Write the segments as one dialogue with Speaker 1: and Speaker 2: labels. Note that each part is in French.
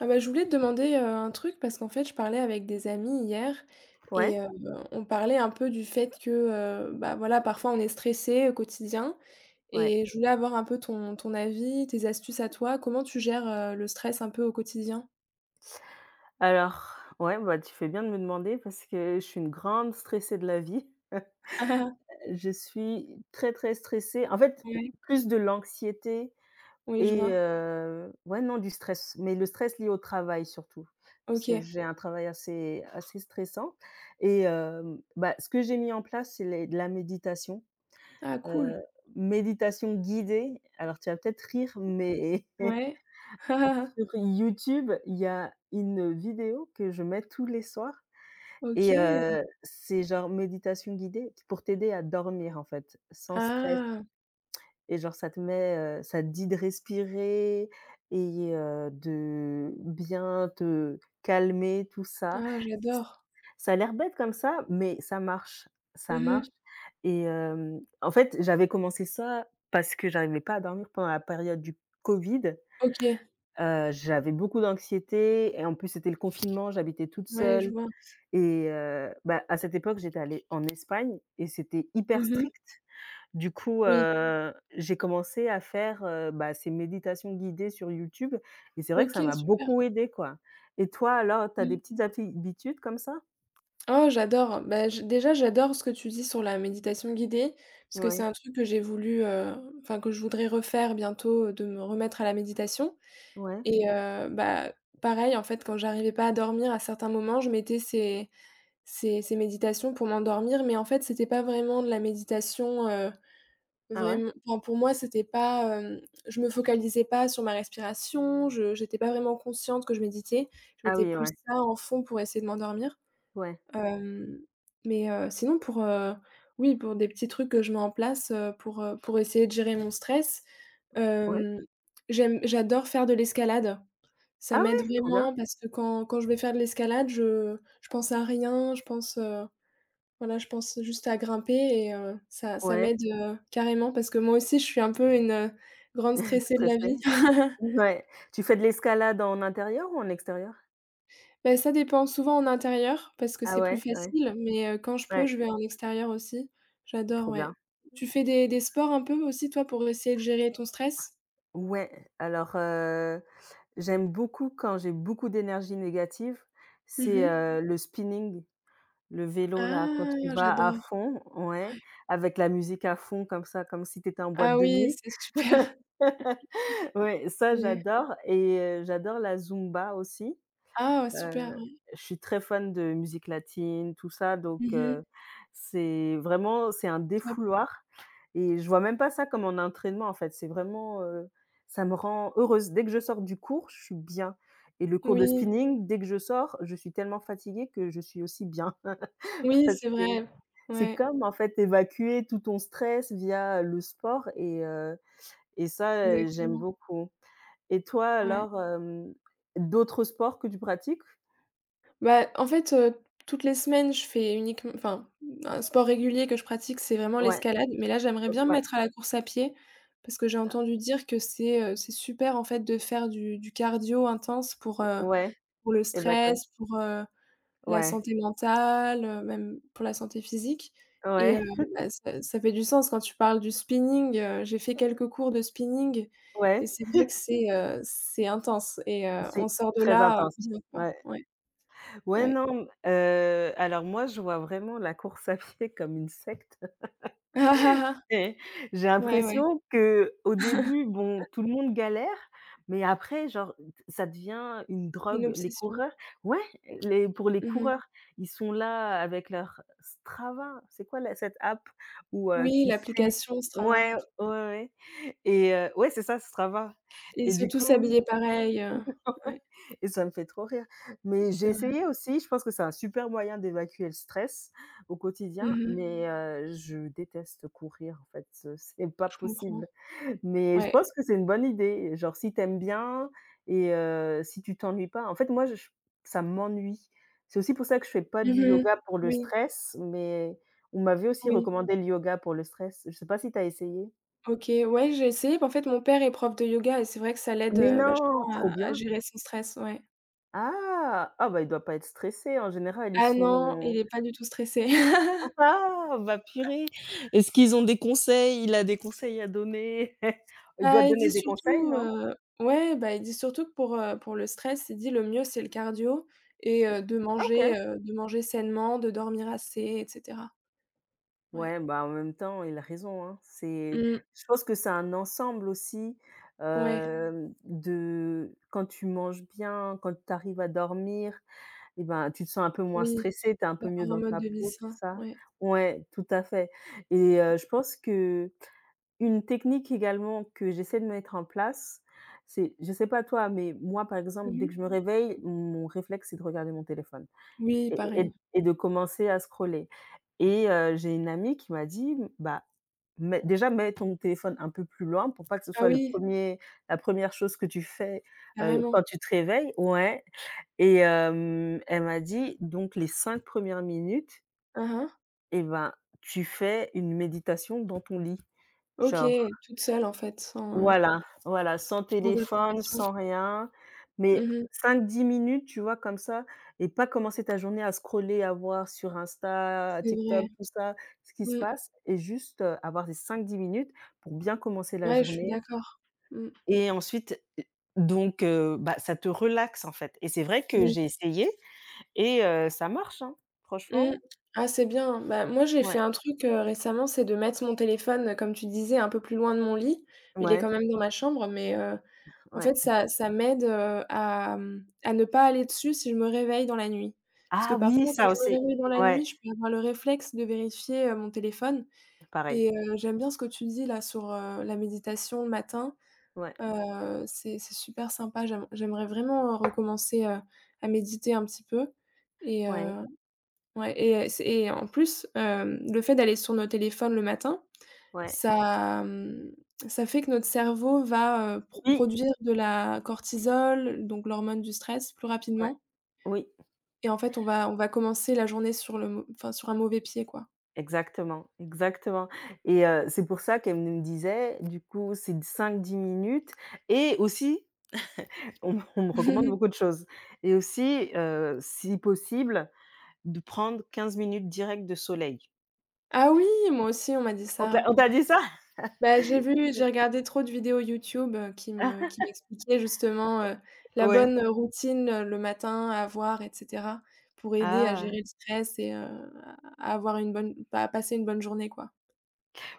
Speaker 1: Ah bah, je voulais te demander, un truc parce qu'en fait, je parlais avec des amis hier
Speaker 2: Ouais,
Speaker 1: et on parlait un peu du fait que, bah, voilà, parfois on est stressé au quotidien
Speaker 2: ouais.
Speaker 1: et je voulais avoir un peu ton avis, tes astuces à toi. Comment tu gères, le stress un peu au quotidien?
Speaker 2: Alors, ouais, bah, tu fais bien de me demander parce que je suis une grande stressée de la vie. Je suis très, très stressée. En fait,
Speaker 1: Ouais.
Speaker 2: plus de l'anxiété
Speaker 1: Oui, je
Speaker 2: et
Speaker 1: vois.
Speaker 2: ouais, non, du stress, mais le stress lié au travail surtout. Parce que
Speaker 1: OK.
Speaker 2: j'ai un travail assez stressant et bah, ce que j'ai mis en place, c'est les de la méditation,
Speaker 1: Ah cool.
Speaker 2: heu, méditation guidée. Alors tu vas peut-être rire, mais
Speaker 1: Ouais.
Speaker 2: sur YouTube, il y a une vidéo que je mets tous les soirs et
Speaker 1: OK.
Speaker 2: c'est genre méditation guidée pour t'aider à dormir, en fait, sans stress
Speaker 1: Ah!
Speaker 2: et genre ça te met, ça te dit de respirer et de bien te calmer, tout ça.
Speaker 1: Ah
Speaker 2: C
Speaker 1: j'adore.
Speaker 2: Ça a l'air bête comme ça, mais ça marche
Speaker 1: Mmh
Speaker 2: et en fait, j'avais commencé ça parce que j'arrivais pas à dormir pendant la période du covid.
Speaker 1: OK.
Speaker 2: J'avais beaucoup d'anxiété et en plus, c'était le confinement, j'habitais toute
Speaker 1: Ouais, je
Speaker 2: seule
Speaker 1: vois.
Speaker 2: et bah, à cette époque, j'étais allée en Espagne et c'était hyper
Speaker 1: Mmh
Speaker 2: strict. Du coup,
Speaker 1: oui.
Speaker 2: j'ai commencé à faire, bah, ces méditations guidées sur YouTube et c'est vrai que ça
Speaker 1: OK,
Speaker 2: m'a
Speaker 1: super.
Speaker 2: beaucoup aidée, quoi. Et toi, alors, tu as des
Speaker 1: Mmh.
Speaker 2: petites habitudes comme ça?
Speaker 1: Oh j'adore, bah, j'adore ce que tu dis sur la méditation guidée, parce que c'est
Speaker 2: Ouais,
Speaker 1: un truc que j'ai voulu, enfin que je voudrais refaire bientôt, de me remettre à la méditation
Speaker 2: ouais.
Speaker 1: et bah, pareil en fait quand j'arrivais pas à dormir à certains moments, je mettais ces méditations pour m'endormir, mais en fait c'était pas vraiment de la méditation,
Speaker 2: Ah ouais?
Speaker 1: vraim enfin pour moi c'était pas, je me focalisais pas sur ma respiration, je j'étais pas vraiment consciente que je méditais, je
Speaker 2: Ah
Speaker 1: mettais
Speaker 2: oui,
Speaker 1: plus ça en fond pour essayer de m'endormir.
Speaker 2: ouais,
Speaker 1: Hem, mais sinon pour, oui, pour des petits trucs que je mets en place, pour essayer de gérer mon stress,
Speaker 2: ouais.
Speaker 1: hem, j'aime j'adore faire de l'escalade. Ça
Speaker 2: Ah
Speaker 1: m'aide
Speaker 2: ouais? Trop bien.
Speaker 1: vraiment parce que quand je vais faire de l'escalade, je pense à rien, je pense, voilà, je pense juste à grimper et ça
Speaker 2: Ouais,
Speaker 1: m'aide, carrément parce que moi aussi je suis un peu une, grande stressée de la
Speaker 2: stressée.
Speaker 1: vie.
Speaker 2: Ouais. Tu fais de l'escalade en intérieur ou en extérieur?
Speaker 1: Beh, ça dépend, souvent en intérieur parce que
Speaker 2: Ah
Speaker 1: c'est plus
Speaker 2: ouais, ouais,
Speaker 1: facile, mais quand je peux,
Speaker 2: ouais.
Speaker 1: je vais en extérieur aussi. J'adore,
Speaker 2: Trop bien.
Speaker 1: ouais. Tu fais des sports un peu aussi toi pour essayer de gérer ton stress?
Speaker 2: Ouais, alors, j'aime beaucoup quand j'ai beaucoup d'énergie négative, c'est,
Speaker 1: Mmh
Speaker 2: Mmh le spinning, le vélo là, quand
Speaker 1: ah!
Speaker 2: tu vas à
Speaker 1: J'adore,
Speaker 2: fond, ouais,
Speaker 1: ouais.
Speaker 2: avec la musique à fond comme ça, comme si tu étais en boîte
Speaker 1: Ah
Speaker 2: de
Speaker 1: oui,
Speaker 2: nuit.
Speaker 1: c'est super,
Speaker 2: Ouais, ça
Speaker 1: ouais.
Speaker 2: j'adore et j'adore la Zumba aussi.
Speaker 1: Ah super,
Speaker 2: Heu,
Speaker 1: ouais.
Speaker 2: je suis très fan de musique latine, tout ça, donc
Speaker 1: Mmh
Speaker 2: C'est vraiment c'est un
Speaker 1: top.
Speaker 2: défouloir et je vois même pas ça comme un entraînement, en fait. C'est vraiment, ça me rend heureuse. Dès que je sors du cours, je suis bien et le cours de
Speaker 1: Oui,
Speaker 2: spinning, dès que je sors, je suis tellement fatiguée que je suis aussi bien
Speaker 1: oui,
Speaker 2: parce
Speaker 1: c'est
Speaker 2: que
Speaker 1: vrai.
Speaker 2: c'est
Speaker 1: Ouais,
Speaker 2: comme, en fait, évacuer tout ton stress via le sport et ça, j'aime
Speaker 1: exactement,
Speaker 2: beaucoup et toi
Speaker 1: ouais.
Speaker 2: alors, d'autres sports que tu pratiques?
Speaker 1: Bah, en fait, toutes les semaines, je fais uniquement, enfin, un sport régulier que je pratique, c'est vraiment
Speaker 2: Ouais.
Speaker 1: l'escalade, mais là, j'aimerais bien me
Speaker 2: Ouais,
Speaker 1: mettre à la course à pied parce que j'ai
Speaker 2: heu,
Speaker 1: entendu dire que c'est super, en fait, de faire du cardio intense
Speaker 2: ouais,
Speaker 1: pour le
Speaker 2: et bah, quoi
Speaker 1: stress, pour, la
Speaker 2: ouais,
Speaker 1: santé mentale, même pour la santé physique et
Speaker 2: ouais,
Speaker 1: bah, ça fait du sens quand tu parles du spinning, j'ai fait quelques cours de spinning et
Speaker 2: ouais,
Speaker 1: c'est vrai que c'est intense et
Speaker 2: c'est
Speaker 1: on sort de
Speaker 2: très
Speaker 1: là,
Speaker 2: intense,
Speaker 1: bien, quoi.
Speaker 2: ouais.
Speaker 1: Ouais,
Speaker 2: Ouais,
Speaker 1: ouais.
Speaker 2: non, alors moi, je vois vraiment la course à pied comme une secte.
Speaker 1: Ah ah ah!
Speaker 2: Et j'ai
Speaker 1: Ouais, ouais.
Speaker 2: l'impression que au début, bon, tout le monde galère, mais après, genre, ça devient une
Speaker 1: Une
Speaker 2: drogue. Les
Speaker 1: obsession.
Speaker 2: coureurs ouais, les pour les
Speaker 1: Mmh
Speaker 2: coureurs, ils sont là avec leur Strava, c'est quoi la cette app où,
Speaker 1: oui,
Speaker 2: qui suit
Speaker 1: l'application Strava.
Speaker 2: ouais, ouais et ouais, c'est ça Strava
Speaker 1: Ils
Speaker 2: et
Speaker 1: sont
Speaker 2: du
Speaker 1: tous
Speaker 2: coup
Speaker 1: habillés pareil,
Speaker 2: ouais
Speaker 1: ouais,
Speaker 2: et ça me fait trop rire. Mais j'ai
Speaker 1: c'est vrai.
Speaker 2: essayé aussi, je pense que c'est un super moyen d'évacuer le stress au quotidien,
Speaker 1: Mmh
Speaker 2: mais je déteste courir en fait, ce c'est pas
Speaker 1: je
Speaker 2: possible.
Speaker 1: comprends.
Speaker 2: Mais je
Speaker 1: Ouais.
Speaker 2: pense que c'est une bonne idée, genre si t'aimes bien et si tu t'ennuies pas. En fait, moi je ça m'ennuie. C'est aussi pour ça que je fais pas du
Speaker 1: Mmh
Speaker 2: yoga pour le
Speaker 1: oui,
Speaker 2: stress, mais on m'avait aussi
Speaker 1: oui.
Speaker 2: recommandé le yoga pour le stress. Je sais pas si t'as essayé?
Speaker 1: OK. Ouais, j'ai essayé. Bah, en fait, mon père est prof de yoga et c'est vrai que ça l'aide,
Speaker 2: Mais non!
Speaker 1: vachement
Speaker 2: Trop
Speaker 1: à
Speaker 2: bien.
Speaker 1: gérer son stress, ouais.
Speaker 2: Ah! Ah bah, il doit pas être stressé en général, ils
Speaker 1: Ah non, il
Speaker 2: sont
Speaker 1: est pas du tout stressé.
Speaker 2: Ah! Bah, purée! Est-ce qu'ils ont des conseils? Il a des conseils à donner? Il doit
Speaker 1: Bah,
Speaker 2: te donner des conseils, non?
Speaker 1: ouais, bah, il dit surtout que pour le stress, il dit: «Le mieux, c'est le cardio et
Speaker 2: Ah OK.
Speaker 1: de manger sainement, de dormir assez et cetera». Ouais.
Speaker 2: Ouais, bah, en même temps, il a raison, hein. C'est
Speaker 1: Mmh.
Speaker 2: Je pense que c'est un ensemble aussi,
Speaker 1: Ouais,
Speaker 2: de quand tu manges bien, quand tu arrives à dormir et ben, tu te sens un peu moins
Speaker 1: oui,
Speaker 2: stressé, tu es un peu mieux
Speaker 1: d'avoir un
Speaker 2: dans
Speaker 1: mode
Speaker 2: ta
Speaker 1: de vie
Speaker 2: peau, tout
Speaker 1: sain,
Speaker 2: ça.
Speaker 1: ouais.
Speaker 2: Ouais, tout à fait et je pense que une technique également que j'essaie de mettre en place, c'est je sais pas toi, mais moi, par
Speaker 1: Mmh
Speaker 2: exemple, dès
Speaker 1: mh.
Speaker 2: que je me réveille, mon réflexe, c'est de regarder mon téléphone
Speaker 1: Oui, pareil.
Speaker 2: et de commencer à scroller et j'ai une amie qui m'a dit: «Bah, mets ton téléphone un peu plus loin pour pas que ce
Speaker 1: Ah
Speaker 2: soit le
Speaker 1: oui,
Speaker 2: premier, la première chose que tu fais,
Speaker 1: carrément.
Speaker 2: quand tu te réveilles» ouais et elle m'a dit: «Donc les 5 premières minutes,
Speaker 1: Hein, hein.
Speaker 2: et ben, tu fais une méditation dans ton lit».
Speaker 1: OK,
Speaker 2: Genre
Speaker 1: toute seule en fait,
Speaker 2: Voilà, voilà, sans
Speaker 1: sans
Speaker 2: téléphone,
Speaker 1: application.
Speaker 2: sans rien, mais
Speaker 1: Mmh mh.
Speaker 2: 5 à 10 minutes, tu vois, comme ça et pas commencer ta journée à scroller, à voir sur Insta,
Speaker 1: C'est
Speaker 2: TikTok,
Speaker 1: vrai.
Speaker 2: tout ça, ce qui se
Speaker 1: Mmh.
Speaker 2: passe et juste, avoir des 5 à 10 minutes pour bien commencer la
Speaker 1: Ouais, je suis
Speaker 2: journée
Speaker 1: d'accord. Mmh.
Speaker 2: et ensuite, bah, ça te relaxe, en fait et c'est vrai que
Speaker 1: Oui.
Speaker 2: j'ai essayé et ça marche, hein, franchement,
Speaker 1: Mmh. Ah, c'est bien. Bah, moi, j'ai
Speaker 2: ouais,
Speaker 1: fait un truc, récemment, c'est de mettre mon téléphone, comme tu disais, un peu plus loin de mon lit. Il est quand
Speaker 2: ouais,
Speaker 1: même dans ma chambre, en fait,
Speaker 2: ouais.
Speaker 1: ça m'aide, à ne pas aller dessus si je me réveille dans la nuit. Parce que
Speaker 2: Ah oui,
Speaker 1: parfois quand
Speaker 2: ça
Speaker 1: je me
Speaker 2: aussi,
Speaker 1: réveille dans la
Speaker 2: ouais,
Speaker 1: nuit, je peux avoir le réflexe de vérifier, mon téléphone
Speaker 2: pareil,
Speaker 1: et j'aime bien ce que tu dis là sur, la méditation le matin.
Speaker 2: ouais,
Speaker 1: C'est super sympa, j'aimerais vraiment, recommencer, à méditer un petit peu et
Speaker 2: ouais,
Speaker 1: ouais et c'est et en plus, le fait d'aller sur nos téléphones le matin,
Speaker 2: ouais,
Speaker 1: ça, ça fait que notre cerveau va,
Speaker 2: oui,
Speaker 1: produire de la cortisol, donc l'hormone du stress, plus
Speaker 2: ouais,
Speaker 1: rapidement
Speaker 2: oui.
Speaker 1: et en fait, on va commencer la journée sur un mauvais pied, quoi.
Speaker 2: Exactement, exactement et c'est pour ça qu'elle me disait, du coup, c'est 5 à 10 minutes et aussi, on me on me recommande beaucoup de choses et aussi, si possible, de prendre 15 minutes direct de soleil.
Speaker 1: Ah oui, moi aussi, on m'a dit ça.
Speaker 2: On t'a dit ça?
Speaker 1: Bah, j'ai regardé trop de vidéos YouTube, qui m'expliquaient justement, la
Speaker 2: Ouais.
Speaker 1: bonne, routine, le matin à avoir et cetera, pour aider à
Speaker 2: Ah!
Speaker 1: gérer le stress et à à avoir une bonne à passer une bonne journée, quoi.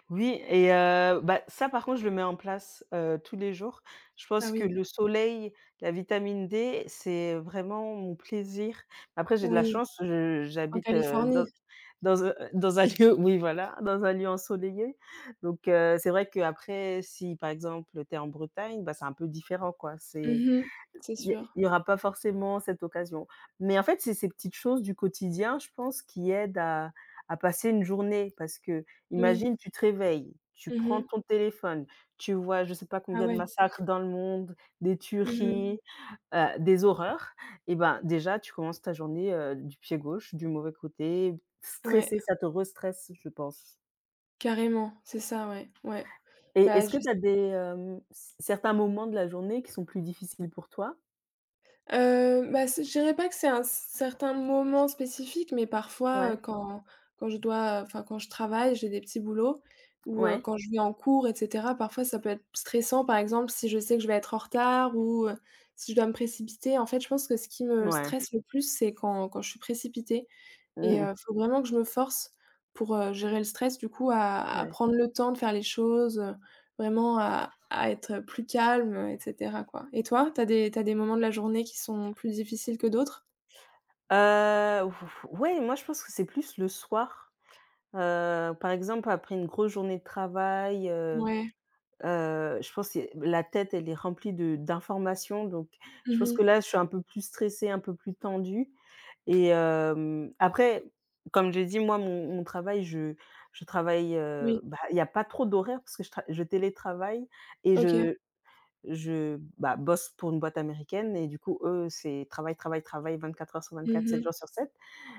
Speaker 2: Oui et bah, ça par contre je le mets en place, tous les jours. Je
Speaker 1: Ah
Speaker 2: pense que
Speaker 1: oui,
Speaker 2: le soleil, la vitamine D, c'est vraiment mon plaisir. Après j'ai de la
Speaker 1: oui,
Speaker 2: chance, je
Speaker 1: en
Speaker 2: j'habite, dans
Speaker 1: Californie.
Speaker 2: dans un lieu oui voilà, dans un lieu ensoleillé donc c'est vrai qu'après si par exemple, tu es en Bretagne, bah, c'est un peu différent quoi, c'est
Speaker 1: Mhm. C'est
Speaker 2: il
Speaker 1: sûr.
Speaker 2: y aura pas forcément cette occasion. Mais en fait, c'est ces petites choses du quotidien, je pense, qui aident à passer une journée. Parce que
Speaker 1: Oui.
Speaker 2: imagine tu te réveilles, tu prends
Speaker 1: Mhm.
Speaker 2: ton téléphone, tu vois je ne sais pas
Speaker 1: Ah
Speaker 2: combien de
Speaker 1: ouais.
Speaker 2: massacres dans le monde, des
Speaker 1: Mhm.
Speaker 2: tueries, des horreurs et ben, déjà, tu commences ta journée, du pied gauche, du mauvais côté,
Speaker 1: Ouais,
Speaker 2: stressé, ça te restresse, je pense.
Speaker 1: carrément, c'est ça, ouais, ouais.
Speaker 2: Et
Speaker 1: Bah,
Speaker 2: est-ce que tu as des, certains moments de la journée qui sont plus difficiles pour toi?
Speaker 1: je dirais pas que c'est un certain moment spécifique, mais parfois,
Speaker 2: Ouais,
Speaker 1: quand je dois, enfin, quand je travaille, j'ai des petits boulots ou,
Speaker 2: ouais,
Speaker 1: quand je vais en cours et cetera, parfois ça peut être stressant, par exemple, si je sais que je vais être en retard ou, si je dois me précipiter. En fait, je pense que ce qui me
Speaker 2: ouais.
Speaker 1: stresse le plus, c'est quand je suis précipitée. Et
Speaker 2: Mmh.
Speaker 1: faut vraiment que je me force pour, gérer le stress du coup à
Speaker 2: Ouais.
Speaker 1: prendre le temps de faire les choses, vraiment à être plus calme, et cetera quoi. Et toi, t'as des moments de la journée qui sont plus difficiles que d'autres?
Speaker 2: Ouf, ouais, moi je pense que c'est plus le soir. Par exemple, après une grosse journée de travail,
Speaker 1: Ouais.
Speaker 2: je pense que la tête, elle est remplie de d'informations, donc je pense que
Speaker 1: Mmh
Speaker 2: là, je suis un peu plus stressée, un peu plus tendue et après, comme j'ai dit, moi, mon travail, je travaille,
Speaker 1: oui.
Speaker 2: bah, il y a pas trop d'horaire parce que je télétravaille et
Speaker 1: OK.
Speaker 2: bah, bosse pour une boîte américaine et du coup, eux, c'est travail, travail, travail vingt-quatre heures sur vingt-quatre,
Speaker 1: Mmh
Speaker 2: sept
Speaker 1: mh.
Speaker 2: jours sur sept.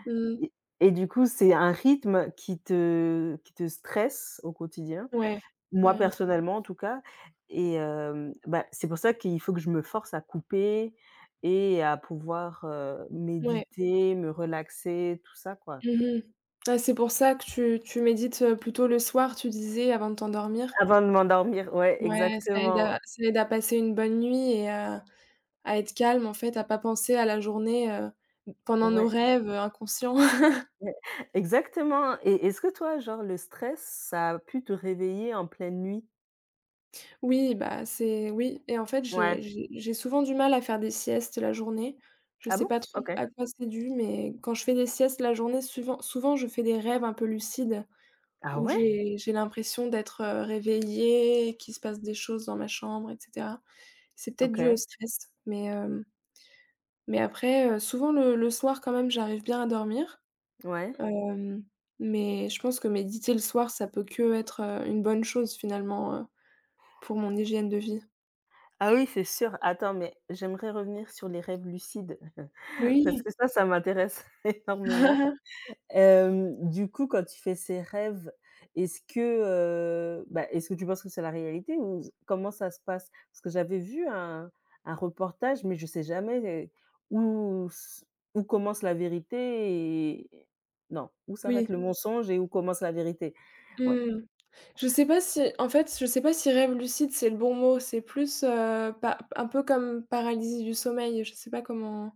Speaker 1: Mmh
Speaker 2: Et et du coup, c'est un rythme qui te stresse au quotidien.
Speaker 1: ouais,
Speaker 2: Moi,
Speaker 1: carrément.
Speaker 2: personnellement, en tout cas et bah, c'est pour ça qu'il faut que je me force à couper et à pouvoir,
Speaker 1: Ouais.
Speaker 2: méditer, me relaxer, tout ça, quoi.
Speaker 1: Mmh ah, c'est pour ça que tu médites, plutôt le soir, tu disais avant de t'endormir?
Speaker 2: Avant de m'endormir, ouais,
Speaker 1: Ouais,
Speaker 2: exactement.
Speaker 1: ça aide à passer une bonne nuit et à être calme en fait, à pas penser à la journée, pendant nos
Speaker 2: Ouais,
Speaker 1: rêves, inconscients.
Speaker 2: ouais, exactement et est-ce que toi, genre, le stress, ça a pu te réveiller en pleine nuit?
Speaker 1: Oui, bah, c'est oui et en fait
Speaker 2: Ouais.
Speaker 1: j'ai souvent du mal à faire des siestes la journée. Je
Speaker 2: Ah
Speaker 1: sais
Speaker 2: bon?
Speaker 1: pas trop
Speaker 2: OK.
Speaker 1: à quoi c'est dû, mais quand je fais des siestes la journée, souvent je fais des rêves un peu lucides
Speaker 2: Ah
Speaker 1: où
Speaker 2: ouais?
Speaker 1: j'ai l'impression d'être, réveillée, qu'il se passe des choses dans ma chambre et cetera. C'est peut-être dû au
Speaker 2: OK.
Speaker 1: stress, mais, hem, mais après, souvent le soir quand même j'arrive bien à dormir.
Speaker 2: Ouais.
Speaker 1: Hem, mais je pense que méditer le soir, ça peut qu'être, une bonne chose finalement, pour mon hygiène de vie.
Speaker 2: Ah oui, c'est sûr. Attends, mais j'aimerais revenir sur les rêves lucides parce
Speaker 1: Oui,
Speaker 2: que ça m'intéresse énormément. Du coup, quand tu fais ces rêves, est-ce que, bah, est-ce que tu penses que c'est la réalité ou s comment ça se passe? Parce que j'avais vu un reportage, mais je sais jamais où s où commence la vérité et non, où s'arrête
Speaker 1: oui.
Speaker 2: le mensonge et où commence la vérité. Ouais.
Speaker 1: Mmh. Je sais pas si en fait, je sais pas si rêve lucide, c'est le bon mot. C'est plus, pa un peu comme paralysie du sommeil, je sais pas comment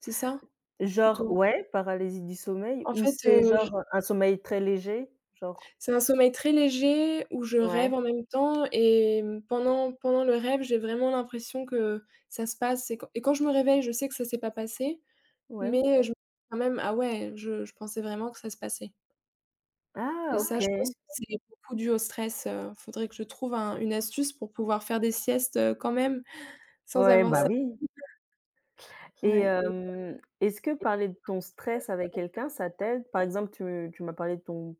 Speaker 1: c'est ça?
Speaker 2: Genre
Speaker 1: Plutôt?
Speaker 2: ouais, paralysie du sommeil
Speaker 1: En
Speaker 2: ou
Speaker 1: fait,
Speaker 2: c'est
Speaker 1: je
Speaker 2: genre un sommeil très léger? Genre
Speaker 1: c'est un sommeil très léger où je
Speaker 2: Ouais,
Speaker 1: rêve en même temps et mmh, pendant le rêve, j'ai vraiment l'impression que ça se passe et quand je me réveille, je sais que ça s'est pas passé. Mais
Speaker 2: ouais.
Speaker 1: je me dis quand même ah ouais, je pensais vraiment que ça se passait
Speaker 2: Ah
Speaker 1: et ah ça, je pense
Speaker 2: OK.
Speaker 1: que c'est beaucoup dû au stress, faudrait que je trouve un une astuce pour pouvoir faire des siestes, quand même, sans
Speaker 2: Ouais,
Speaker 1: avoir. Ouais.
Speaker 2: bah,
Speaker 1: Ça.
Speaker 2: oui et
Speaker 1: Ouais.
Speaker 2: est-ce que parler de ton stress avec quelqu'un, ça t'aide? Par exemple, tu m'as parlé de ton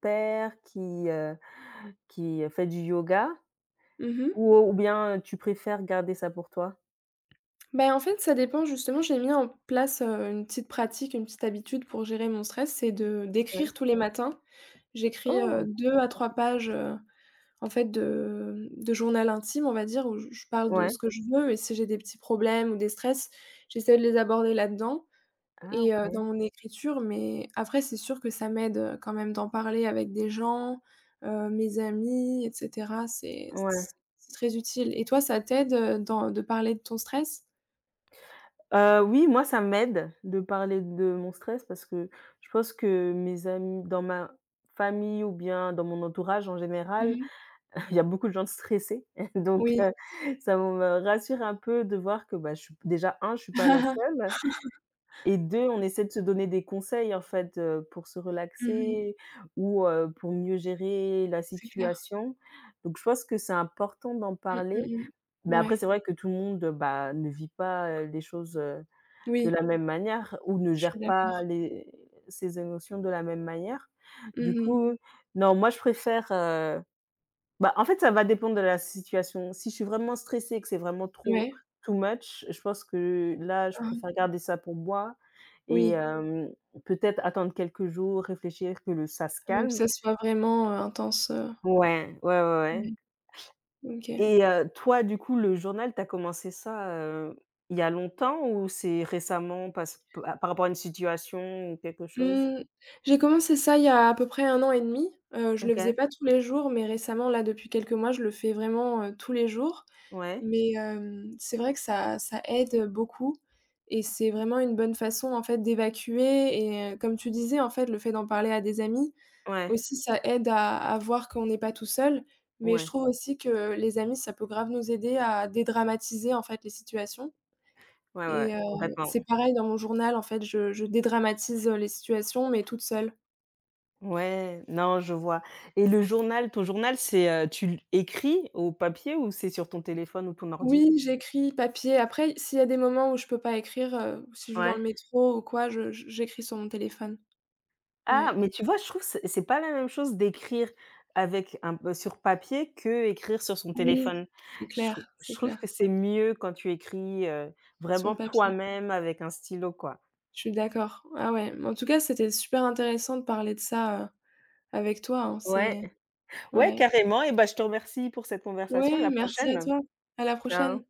Speaker 2: père heu, qui fait du yoga
Speaker 1: Mmh mh.
Speaker 2: ou bien tu préfères garder ça pour toi?
Speaker 1: Beh, en fait, ça dépend justement, j'ai mis en place, une petite pratique, une petite habitude pour gérer mon stress, c'est de
Speaker 2: Ouais.
Speaker 1: d'écrire tous les matins. J'écris,
Speaker 2: Oh!
Speaker 1: 2 à
Speaker 2: OK.
Speaker 1: trois pages, en fait de journal intime, on va dire, où je parle de
Speaker 2: Ouais.
Speaker 1: ce que je veux et si j'ai des petits problèmes ou des stress, j'essaie de les aborder là-dedans.
Speaker 2: Ah
Speaker 1: Et
Speaker 2: OK.
Speaker 1: dans mon écriture, mais après c'est sûr que ça m'aide, quand même d'en parler avec des gens, mes amis et cetera,
Speaker 2: Ouais.
Speaker 1: c'est très utile. Et toi, ça t'aide, dans de parler de ton stress?
Speaker 2: Oui, moi, ça m'aide de parler de mon stress parce que je pense que mes amis dans ma famille ou bien dans mon entourage en général,
Speaker 1: Mmh
Speaker 2: il y a beaucoup de gens stressés donc
Speaker 1: oui.
Speaker 2: ça me rassure un peu de voir que, bah, je suis déjà un je suis pas la seule et 2 on essaie de se donner des conseils en fait, pour se
Speaker 1: Mmh
Speaker 2: relaxer ou pour mieux gérer la
Speaker 1: c'est clair.
Speaker 2: situation. Donc je pense que c'est important d'en
Speaker 1: Mmh,
Speaker 2: parler.
Speaker 1: mmh
Speaker 2: Mais
Speaker 1: mh.
Speaker 2: après
Speaker 1: Ouais.
Speaker 2: c'est vrai que tout le monde, bah, ne vit pas, les choses, de
Speaker 1: Oui,
Speaker 2: la même manière ou ne
Speaker 1: je
Speaker 2: gère
Speaker 1: suis
Speaker 2: pas
Speaker 1: d'accord.
Speaker 2: les ses émotions de la même manière. Du
Speaker 1: Mmh
Speaker 2: coup, non moi je préfère, bah, en fait, ça va dépendre de la situation. Si je suis vraiment stressée et que c'est vraiment trop
Speaker 1: ouais.
Speaker 2: too much, je pense que là, je
Speaker 1: Hein, hein.
Speaker 2: préfère garder ça pour moi et
Speaker 1: Oui,
Speaker 2: peut-être attendre quelques jours, réfléchir que le ça se
Speaker 1: avant que
Speaker 2: calme.
Speaker 1: ça soit vraiment, intense,
Speaker 2: Ouais.
Speaker 1: ouais. OK.
Speaker 2: Et toi, du coup, le journal, t'as commencé ça, il y a longtemps ou c'est récemment par rapport à une situation ou quelque chose?
Speaker 1: Mmh, j'ai commencé ça il y a à peu près un an et demi, je le faisais
Speaker 2: OK.
Speaker 1: pas tous les jours, mais récemment, là, depuis quelques mois, je le fais vraiment, tous les jours.
Speaker 2: Ouais,
Speaker 1: Mais c'est vrai que ça aide, beaucoup et c'est vraiment une bonne façon, en fait, d'évacuer et comme tu disais, en fait, le fait d'en parler à des amis
Speaker 2: ouais,
Speaker 1: aussi, ça aide à voir qu'on n'est pas tout seul. Mais je
Speaker 2: ouais,
Speaker 1: trouve aussi que les amis, ça peut grave nous aider à dédramatiser, en fait, les situations
Speaker 2: Ouais, ouais,
Speaker 1: et
Speaker 2: ouais, complètement.
Speaker 1: c'est pareil dans mon journal, en fait, je dédramatise, les situations, mais toute seule.
Speaker 2: Ouais, non, je vois et le journal, ton journal, c'est, tu l écris au papier ou c'est sur ton téléphone ou ton ordi?
Speaker 1: Oui, j'écris papier. Après, s'il y a des moments où je peux pas écrire, si je suis dans
Speaker 2: Ouais.
Speaker 1: le métro ou quoi, je j'écris sur mon téléphone.
Speaker 2: Ah,
Speaker 1: Ouais.
Speaker 2: mais tu vois, je trouve que c'est pas la même chose d'écrire avec un p sur papier que écrire sur son
Speaker 1: Oui,
Speaker 2: téléphone. Je
Speaker 1: c'est
Speaker 2: trouve que
Speaker 1: clair,
Speaker 2: c'est mieux quand tu écris,
Speaker 1: sur
Speaker 2: vraiment
Speaker 1: papier.
Speaker 2: toi-même avec un stylo, quoi.
Speaker 1: Je suis d'accord. Ah ouais, mais en tout cas, c'était super intéressant de parler de ça, avec toi, hein.
Speaker 2: Ouais,
Speaker 1: C'est
Speaker 2: ouais,
Speaker 1: Ouais.
Speaker 2: carrément et bah, je te remercie pour cette conversation. À
Speaker 1: Ouais,
Speaker 2: la
Speaker 1: merci à
Speaker 2: prochaine.
Speaker 1: toi. À la
Speaker 2: Ciao.
Speaker 1: prochaine.